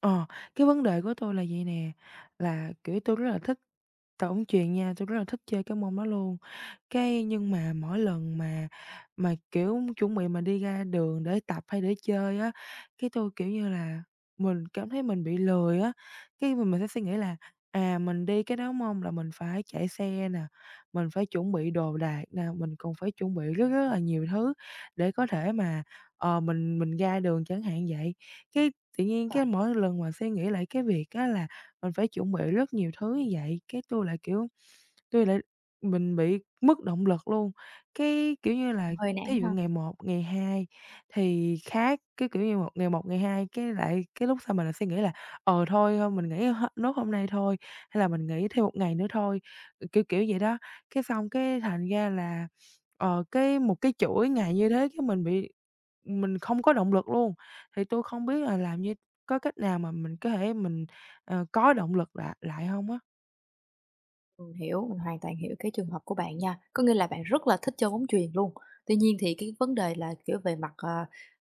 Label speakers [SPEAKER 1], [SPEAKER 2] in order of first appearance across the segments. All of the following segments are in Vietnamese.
[SPEAKER 1] Ờ, cái vấn đề của tôi là vậy nè, là, kiểu, tôi rất là thích tàu bóng chuyền nha, tôi rất là thích chơi cái môn đó luôn. Cái nhưng mà mỗi lần mà, kiểu, chuẩn bị mà đi ra đường để tập hay để chơi á, cái tôi, kiểu như là, mình cảm thấy mình bị lười á, cái mình sẽ suy nghĩ là, à, mình đi cái đó, đúng là mình phải chạy xe nè, mình phải chuẩn bị đồ đạc nè, mình còn phải chuẩn bị rất rất là nhiều thứ để có thể mà, mình ra đường chẳng hạn vậy. Cái tự nhiên cái mỗi lần mà suy nghĩ lại cái việc á là mình phải chuẩn bị rất nhiều thứ như vậy, cái tôi lại mình bị mất động lực luôn. Cái, kiểu như là,
[SPEAKER 2] Hơi
[SPEAKER 1] thí
[SPEAKER 2] nản
[SPEAKER 1] dụ
[SPEAKER 2] ha.
[SPEAKER 1] ngày một ngày 2 thì khác, cái kiểu như một ngày 2 cái lại cái lúc sau mình lại suy nghĩ là "Ờ, thôi thôi mình nghỉ nốt hôm nay thôi" hay là "Mình nghỉ thêm một ngày nữa thôi", ừ, kiểu vậy đó. Cái xong cái thành ra là, cái một cái chuỗi ngày như thế cái mình không có động lực luôn. Thì tôi không biết là làm như có cách nào mà mình có thể mình, có động lực lại lại hông á?
[SPEAKER 2] Mình hiểu, mình hoàn toàn hiểu cái trường hợp của bạn nha. Có nghĩa là bạn rất là thích chơi bóng chuyền luôn. Tuy nhiên thì cái vấn đề là, kiểu, về mặt, ờ,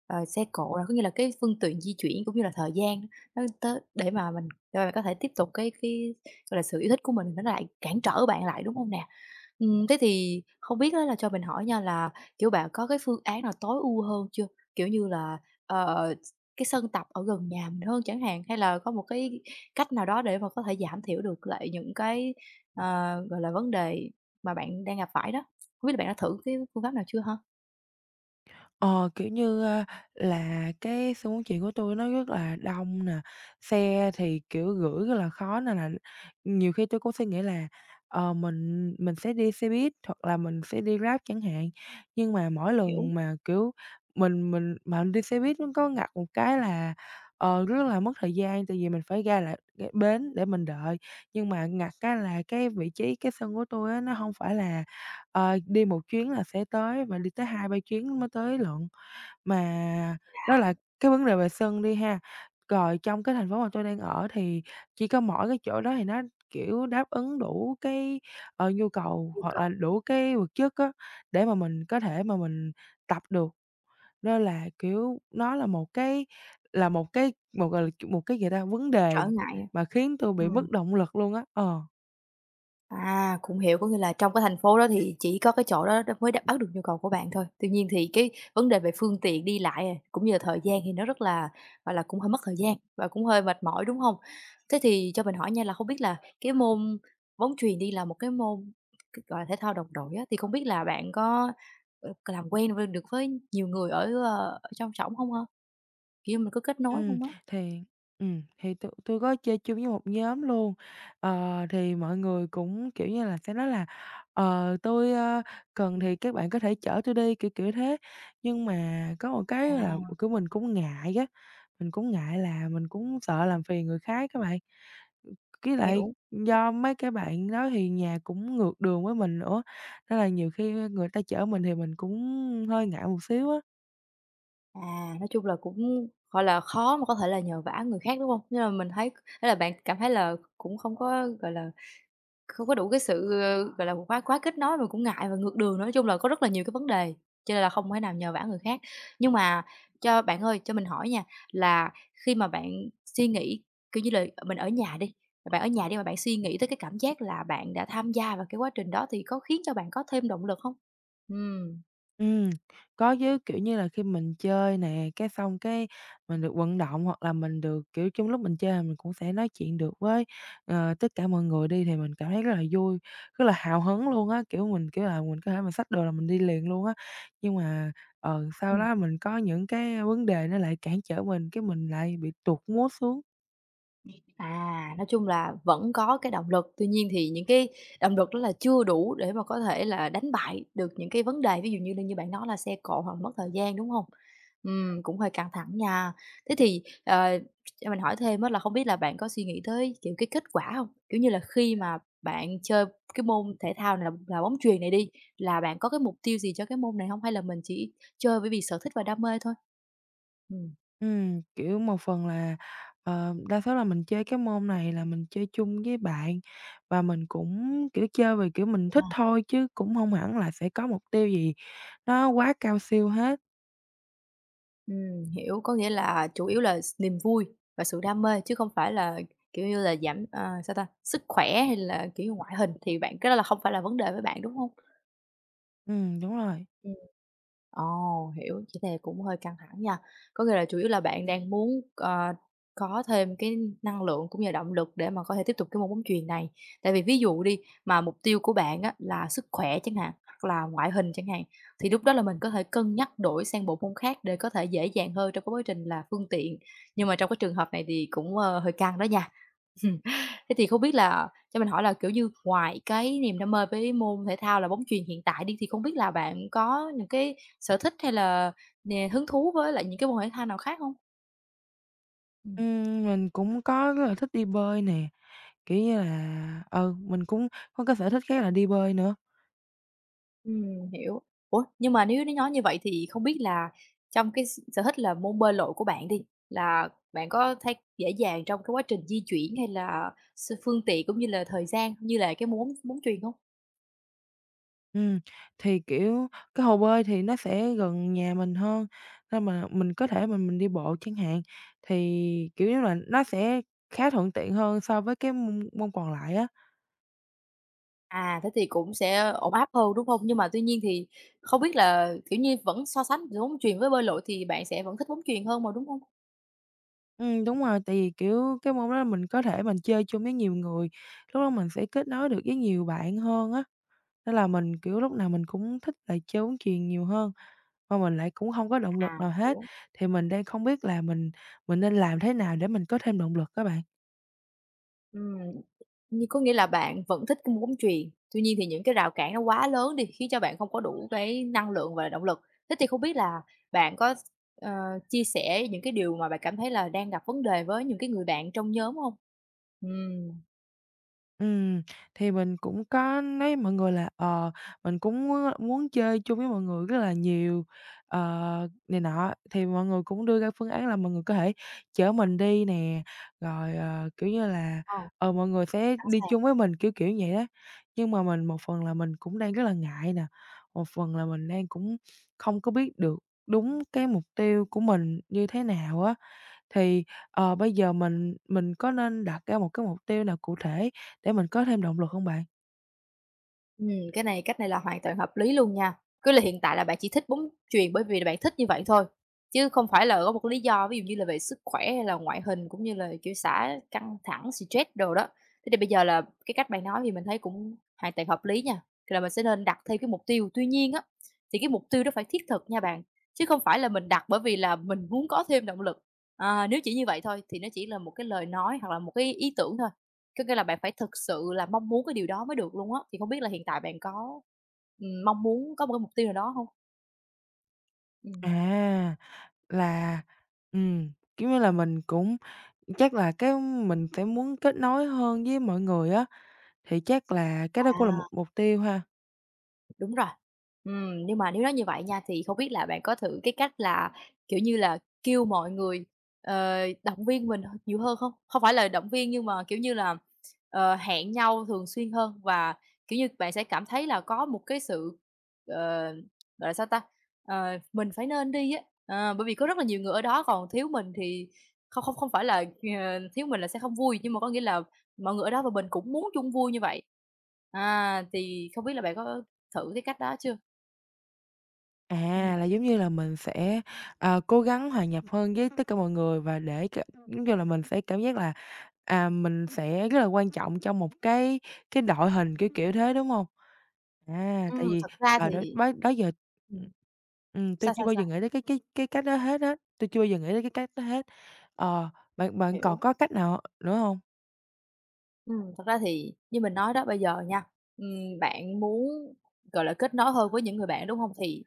[SPEAKER 2] ờ, xe cộ là có nghĩa là cái phương tiện di chuyển cũng như là thời gian nó tới để mà mình có thể tiếp tục cái, gọi là, sự yêu thích của mình nó lại cản trở bạn lại, đúng không nè? Thế thì không biết á là cho mình hỏi nha là, kiểu, bạn có cái phương án nào tối ưu hơn chưa? Kiểu như là, ờ, cái sân tập ở gần nhà mình hơn chẳng hạn, hay là có một cái cách nào đó để mà có thể giảm thiểu được lại những cái, ờ, gọi là, vấn đề mà bạn đang gặp phải đó? Hông biết là bạn đã thử cái phương pháp nào chưa hả?
[SPEAKER 1] Ờ, kiểu như, là cái xe bún chả của tôi nó rất là đông nè, xe thì, kiểu, gửi rất là khó nên là nhiều khi tôi cũng suy nghĩ là, mình sẽ đi xe buýt hoặc là mình sẽ đi Grab chẳng hạn. Nhưng mà mỗi
[SPEAKER 2] Hiểu,
[SPEAKER 1] lần mà, kiểu, mình mà đi xe buýt nó có ngặt một cái là, rất là mất thời gian tại vì mình phải ra lại cái bến để mình đợi. Nhưng mà ngặt cái là cái vị trí cái sân của tôi á, nó không phải là, đi một chuyến là sẽ tới mà đi tới hai ba chuyến mới tới lận. Mà
[SPEAKER 2] chà,
[SPEAKER 1] đó là cái vấn đề vệ sinh đi ha. Rồi trong cái thành phố mà tôi đang ở thì chỉ có mỗi cái chỗ đó thì nó, kiểu, đáp ứng đủ cái, nhu cầu
[SPEAKER 2] yêu
[SPEAKER 1] hoặc là
[SPEAKER 2] cầu
[SPEAKER 1] đủ cái vật chất á, để mà mình có thể mà mình tập được. Nên là, kiểu, nó là một cái một, gọi là, một cái gì ta, vấn đề
[SPEAKER 2] trở ngại à?
[SPEAKER 1] mà khiến tôi bị mất động lực luôn á. Ờ.
[SPEAKER 2] À, cũng hiểu, có nghĩa là trong cái thành phố đó thì chỉ có cái chỗ đó đó mới đáp ứng được nhu cầu của bạn thôi. Tuy nhiên thì cái vấn đề về phương tiện đi lại, à, cũng như là thời gian thì nó rất là, gọi là, cũng hơi mất thời gian và cũng hơi mệt mỏi, đúng không? Thế thì cho mình hỏi nha là không biết là cái môn bóng chuyền đi là một cái môn, gọi là, thể thao đồng đội á, thì không biết là bạn có, làm quen với được với nhiều người ở trong xỏng không hả? Kiểu mình có kết nối
[SPEAKER 1] Ừm,
[SPEAKER 2] không á?
[SPEAKER 1] thì thì tụi tui có chơi chung với một nhóm luôn, thì mọi người cũng, kiểu như là, sẽ nói là "Ờ, tôi, cần thì các bạn có thể chở tôi đi", kiểu kiểu thế. Nhưng mà có một cái là,
[SPEAKER 2] À,
[SPEAKER 1] kiểu, mình cũng ngại á, mình cũng ngại là mình cũng sợ làm phiền người khác á bạn. Với lại
[SPEAKER 2] hiểu.
[SPEAKER 1] do mấy cái bạn đó thì nhà cũng ngược đường với mình nữa, nên là nhiều khi người ta chở mình thì mình cũng hơi ngại một xíu á.
[SPEAKER 2] À, nói chung là cũng, gọi là, khó mà có thể là nhờ vả người khác, đúng không? Nhưng mà mình thấy thế là bạn cảm thấy là cũng không có, gọi là, không có đủ cái sự, gọi là, quá quá kết nối mà cũng ngại và ngược đường nữa. Nói chung là có rất là nhiều cái vấn đề, cho nên là không thể nào nhờ vả người khác. Nhưng mà cho bạn ơi, cho mình hỏi nha, là khi mà bạn suy nghĩ, kiểu như là, mình ở nhà đi, bạn ở nhà đi mà bạn suy nghĩ tới cái cảm giác là bạn đã tham gia vào cái quá trình đó thì có khiến cho bạn có thêm động lực không?
[SPEAKER 1] Ừm, có chứ, kiểu như là, khi mình chơi nè, cái xong cái mình được vận động hoặc là mình được, kiểu, trong lúc mình chơi là mình cũng sẽ nói chuyện được với, tất cả mọi người đi thì mình cảm thấy rất là vui, rất là hào hứng luôn á, kiểu, mình, kiểu là, mình có thể mình xách đồ là mình đi liền luôn á. Nhưng mà, sau
[SPEAKER 2] Ừm.
[SPEAKER 1] đó mình có những cái vấn đề nó lại cản trở mình, cái mình lại bị tụt mood xuống.
[SPEAKER 2] À, nói chung là vẫn có cái động lực, tuy nhiên thì những cái động lực đó là chưa đủ để mà có thể là đánh bại được những cái vấn đề, ví dụ như là như bạn nói là xe cộ hoặc mất thời gian, đúng không? Cũng hơi căng thẳng nha. Thế thì, cho mình hỏi thêm á là không biết là bạn có suy nghĩ tới, kiểu, cái kết quả không? Kiểu như là, khi mà bạn chơi cái môn thể thao này là bóng chuyền này đi, là bạn có cái mục tiêu gì cho cái môn này không? Hay là mình chỉ chơi bởi vì sở thích và đam mê thôi? Ừm.
[SPEAKER 1] Kiểu, một phần là, đa số là mình chơi cái môn này là mình chơi chung với bạn và mình cũng, kiểu, chơi vì, kiểu, mình thích
[SPEAKER 2] À.
[SPEAKER 1] thôi chứ cũng không hẳn là sẽ có mục tiêu gì nó quá cao siêu hết.
[SPEAKER 2] Hiểu, có nghĩa là chủ yếu là niềm vui và sự đam mê chứ không phải là, kiểu như là, giảm, sao ta, sức khỏe hay là, kiểu ngoại hình thì bạn cái đó là không phải là vấn đề với bạn, đúng không?
[SPEAKER 1] Đúng rồi.
[SPEAKER 2] Ừm. Ồ, hiểu, chỉ là cũng hơi căng thẳng nha. Có nghĩa là chủ yếu là bạn đang muốn, ờ, có thêm cái năng lượng cũng như là động lực để mà có thể tiếp tục cái môn bóng chuyền này. Tại vì ví dụ đi, mà mục tiêu của bạn á là sức khỏe chẳng hạn, hoặc là ngoại hình chẳng hạn, thì lúc đó là mình có thể cân nhắc đổi sang bộ môn khác để có thể dễ dàng hơn trong cái quá trình là phương tiện. Nhưng mà trong cái trường hợp này thì cũng, hơi căng đó nha. Thế thì không biết là cho mình hỏi là, kiểu như, ngoài cái niềm đam mê với môn thể thao là bóng chuyền hiện tại đi, thì không biết là bạn có những cái sở thích hay là hứng thú với lại những cái môn thể thao nào khác không? Ừm.
[SPEAKER 1] Mình cũng có rất là thích đi bơi nè, kiểu như là, ừ, mình cũng có cái sở thích khác là đi bơi nữa.
[SPEAKER 2] Hiểu. Ủa, nhưng mà nếu nó nói như vậy thì không biết là trong cái sở thích là môn bơi lội của bạn đi, là bạn có thấy dễ dàng trong cái quá trình di chuyển hay là phương tiện cũng như là thời gian như là cái môn bóng bóng chuyền hông?
[SPEAKER 1] Ừm, thì, kiểu, cái hồ bơi thì nó sẽ gần nhà mình hơn, nên mà mình có thể mình đi bộ chẳng hạn, thì, kiểu như là, nó sẽ khá thuận tiện hơn so với cái môn môn còn lại á.
[SPEAKER 2] À, thế thì cũng sẽ ổn áp hơn, đúng không? Nhưng mà tuy nhiên thì không biết là, kiểu như, vẫn so sánh giữa bóng chuyền với bơi lội thì bạn sẽ vẫn thích bóng chuyền hơn mà, đúng không?
[SPEAKER 1] Đúng rồi, tại vì, kiểu, cái môn đó mình có thể mình chơi chung với nhiều người, lúc đó mình sẽ kết nối được với nhiều bạn hơn á, nên là mình, kiểu, lúc nào mình cũng thích là chơi bóng chuyền nhiều hơn, mà mình lại cũng hông có động lực
[SPEAKER 2] À,
[SPEAKER 1] nào hết,
[SPEAKER 2] hiểu.
[SPEAKER 1] thì mình đang không biết là mình nên làm thế nào để mình có thêm động lực á bạn?
[SPEAKER 2] Ừm, như Có nghĩa là bạn vẫn thích cái môn bóng chuyền, tuy nhiên thì những cái rào cản nó quá lớn đi, khiến cho bạn không có đủ cái năng lượng và động lực. Thế thì không biết là bạn có ờ, chia sẻ những cái điều mà bạn cảm thấy là đang gặp vấn đề với những cái người bạn trong nhóm không? Ừm,
[SPEAKER 1] Ừm, thì mình cũng có nói với mọi người là, mình cũng muốn muốn chơi chung với mọi người rất là nhiều, này nọ, thì mọi người cũng đưa ra phương án là mọi người có thể chở mình đi nè, rồi, kiểu như là,
[SPEAKER 2] ờ,
[SPEAKER 1] mọi người sẽ
[SPEAKER 2] sẵn
[SPEAKER 1] đi
[SPEAKER 2] sàng.
[SPEAKER 1] chung với mình, kiểu, vậy đó. Nhưng mà mình một phần là mình cũng đang rất là ngại nè, một phần là mình đang cũng không có biết được đúng cái mục tiêu của mình như thế nào á, thì, bây giờ mình có nên đặt ra một cái mục tiêu nào cụ thể để mình có thêm động lực không bạn?
[SPEAKER 2] Ừm, cái này cách này là hoàn toàn hợp lý luôn nha. Cứ là hiện tại là bạn chỉ thích bóng chuyền bởi vì là bạn thích như vậy thôi, chứ không phải là có một lý do ví dụ như là về sức khỏe hay là ngoại hình cũng như là, kiểu, xả căng thẳng, stress đồ đó. Thế thì bây giờ là cái cách bạn nói thì mình thấy cũng hoàn toàn hợp lý nha. Thì là mình sẽ nên đặt thêm cái mục tiêu. Tuy nhiên á, thì cái mục tiêu đó phải thiết thực nha bạn, chứ không phải là mình đặt bởi vì là mình muốn có thêm động lực. À, nếu chỉ như vậy thôi thì nó chỉ là một cái lời nói hoặc là một cái ý tưởng thôi. Có nghĩa là bạn phải thực sự là mong muốn cái điều đó mới được luôn á, thì không biết là hiện tại bạn có, mong muốn có một cái mục tiêu nào đó hông? Ừm.
[SPEAKER 1] À, là, ừm, kiểu như là, mình cũng chắc là cái mình sẽ muốn kết nối hơn với mọi người á, thì chắc là cái đó cũng là
[SPEAKER 2] À.
[SPEAKER 1] một mục tiêu ha.
[SPEAKER 2] Đúng rồi. Nhưng mà nếu nói như vậy nha, thì không biết là bạn có thử cái cách là, kiểu như là, kêu mọi người, động viên mình nhiều hơn không? Không phải là động viên nhưng mà, kiểu như là, hẹn nhau thường xuyên hơn và, kiểu như, bạn sẽ cảm thấy là có một cái sự, ờ, gọi là sao ta? Mình phải nên đi á, bởi vì có rất là nhiều người ở đó, còn thiếu mình thì không không không phải là, thiếu mình là sẽ không vui, nhưng mà có nghĩa là mọi người ở đó và mình cũng muốn chung vui như vậy. À, thì không biết là bạn có thử cái cách đó chưa? Ừm.
[SPEAKER 1] À, là giống như là mình sẽ, cố gắng hòa nhập hơn với tất cả mọi người và để c giống như là, mình sẽ cảm giác là, à, mình sẽ rất là quan trọng trong một cái đội hình, kiểu, thế, đúng không? À, tại vì,
[SPEAKER 2] Thật ra
[SPEAKER 1] đó
[SPEAKER 2] thì
[SPEAKER 1] đó đó giờ ừm,
[SPEAKER 2] ừm,
[SPEAKER 1] tui
[SPEAKER 2] sao,
[SPEAKER 1] chưa
[SPEAKER 2] sao,
[SPEAKER 1] bao
[SPEAKER 2] sao?
[SPEAKER 1] giờ nghĩ tới cái cách đó hết á, tôi chưa bao giờ nghĩ tới cái cách đó hết. Ờ, bạn bạn còn
[SPEAKER 2] Hiểu.
[SPEAKER 1] có cách nào nữa không?
[SPEAKER 2] Thật ra thì như mình nói đó, bây giờ nha, bạn muốn, gọi là, kết nối hơn với những người bạn, đúng hông? Thì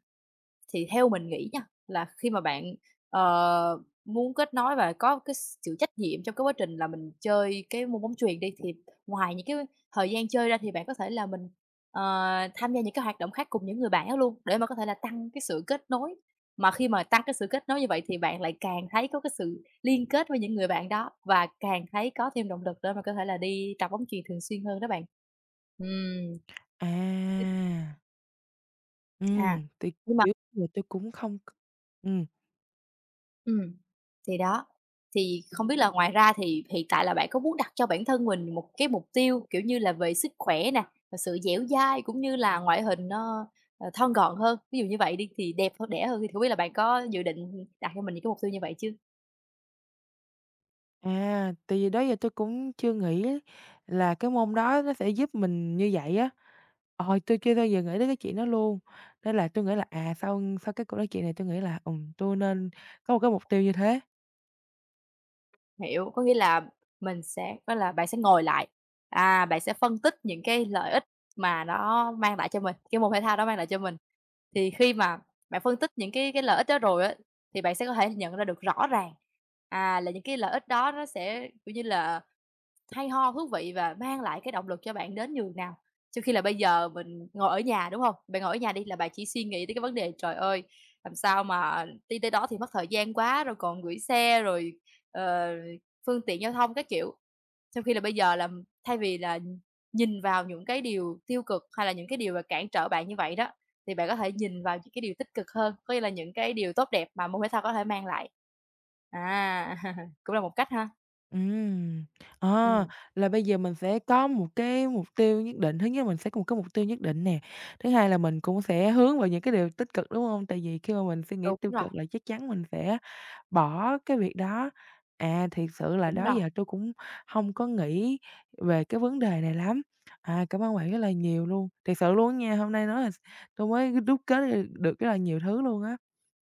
[SPEAKER 2] Thì theo mình nghĩ nha, là khi mà bạn, ờ, muốn kết nối và có cái sự trách nhiệm trong cái quá trình là mình chơi cái môn bóng chuyền đi, thì ngoài những cái thời gian chơi ra thì bạn có thể là mình, ờ, tham gia những cái hoạt động khác cùng những người bạn đó luôn, để mà có thể là tăng cái sự kết nối. Mà khi mà tăng cái sự kết nối như vậy thì bạn lại càng thấy có cái sự liên kết với những người bạn đó và càng thấy có thêm động lực để mà có thể là đi tập bóng chuyền thường xuyên hơn đó bạn. Ừm.
[SPEAKER 1] À,
[SPEAKER 2] À,
[SPEAKER 1] ừm, thì,
[SPEAKER 2] nhưng
[SPEAKER 1] kiểu, giờ tôi cũng không c ừ.
[SPEAKER 2] Ừm, thì đó, thì không biết là ngoài ra thì hiện tại là bạn có muốn đặt cho bản thân mình một cái mục tiêu, kiểu như là, về sức khỏe nè, và sự dẻo dai cũng như là ngoại hình nó, thon gọn hơn, ví dụ như vậy đi, thì đẹp hơn, đẽ hơn thì không biết là bạn có dự định, đặt cho mình những cái mục tiêu như vậy chưa?
[SPEAKER 1] À, tại vì đó giờ tôi cũng chưa nghĩ là cái môn đó nó sẽ giúp mình như vậy á. Ờ, tôi chưa bao giờ nghĩ đến cái chuyện đó luôn. Nên là tôi nghĩ là, à, sau sau cái cuộc nói chuyện này tôi nghĩ là, tôi nên có một cái mục tiêu như thế.
[SPEAKER 2] Hiểu, có nghĩa là mình sẽ có là bạn sẽ ngồi lại, à, bạn sẽ phân tích những cái lợi ích mà nó mang lại cho mình, cái môn thể thao đó mang lại cho mình. Thì khi mà bạn phân tích những cái lợi ích đó rồi á, thì bạn sẽ có thể nhận ra được rõ ràng, à, là những cái lợi ích đó nó sẽ, kiểu như là hay ho, thú vị và mang lại cái động lực cho bạn đến nhường nào? Trong khi là bây giờ mình ngồi ở nhà, đúng không? Bạn ngồi ở nhà đi là bạn chỉ suy nghĩ tới cái vấn đề "Trời ơi, làm sao mà đi tới đó thì mất thời gian quá", rồi còn gửi xe, rồi, ờ, phương tiện giao thông các kiểu. Trong khi là bây giờ là thay vì là nhìn vào những cái điều tiêu cực hay là những cái điều mà cản trở bạn như vậy đó, thì bạn có thể nhìn vào những cái điều tích cực hơn, có nghĩa là những cái điều tốt đẹp mà môn thể thao có thể mang lại. À, cũng là một cách ha.
[SPEAKER 1] Ừm,
[SPEAKER 2] Ừ.
[SPEAKER 1] à, là bây giờ mình sẽ có một cái mục tiêu nhất định. Thứ nhất mình sẽ có một cái mục tiêu nhất định nè, thứ hai là mình cũng sẽ hướng vào những cái điều tích cực, đúng không? Tại vì khi mà mình suy nghĩ
[SPEAKER 2] Đúng
[SPEAKER 1] tiêu
[SPEAKER 2] rồi,
[SPEAKER 1] cực là chắc chắn mình sẽ bỏ cái việc đó. À, thiệt sự là
[SPEAKER 2] đúng
[SPEAKER 1] đó
[SPEAKER 2] rồi.
[SPEAKER 1] giờ tôi cũng hông có nghĩ về cái vấn đề này lắm. À, cảm ơn bạn rất là nhiều luôn, thiệt sự luôn á nha, hôm nay nói là s tui mới đúc kết được được rất là nhiều thứ luôn á.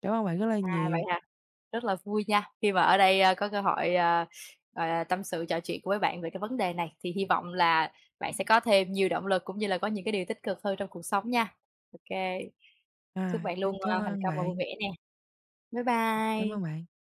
[SPEAKER 1] Cảm ơn bạn rất là
[SPEAKER 2] À, vậy
[SPEAKER 1] nhiều.
[SPEAKER 2] hả? Rất là vui nha, khi mà ở đây, có cơ hội, gọi là, tâm sự trò chuyện với bạn về cái vấn đề này, thì hy vọng là bạn sẽ có thêm nhiều động lực cũng như là có những cái điều tích cực hơn trong cuộc sống nha. OK. Chúc
[SPEAKER 1] À,
[SPEAKER 2] bạn luôn,
[SPEAKER 1] xin cảm
[SPEAKER 2] thành
[SPEAKER 1] ơn
[SPEAKER 2] công và vui
[SPEAKER 1] bạn,
[SPEAKER 2] vẻ nè. Bye
[SPEAKER 1] cảm
[SPEAKER 2] bye.
[SPEAKER 1] ơn bạn.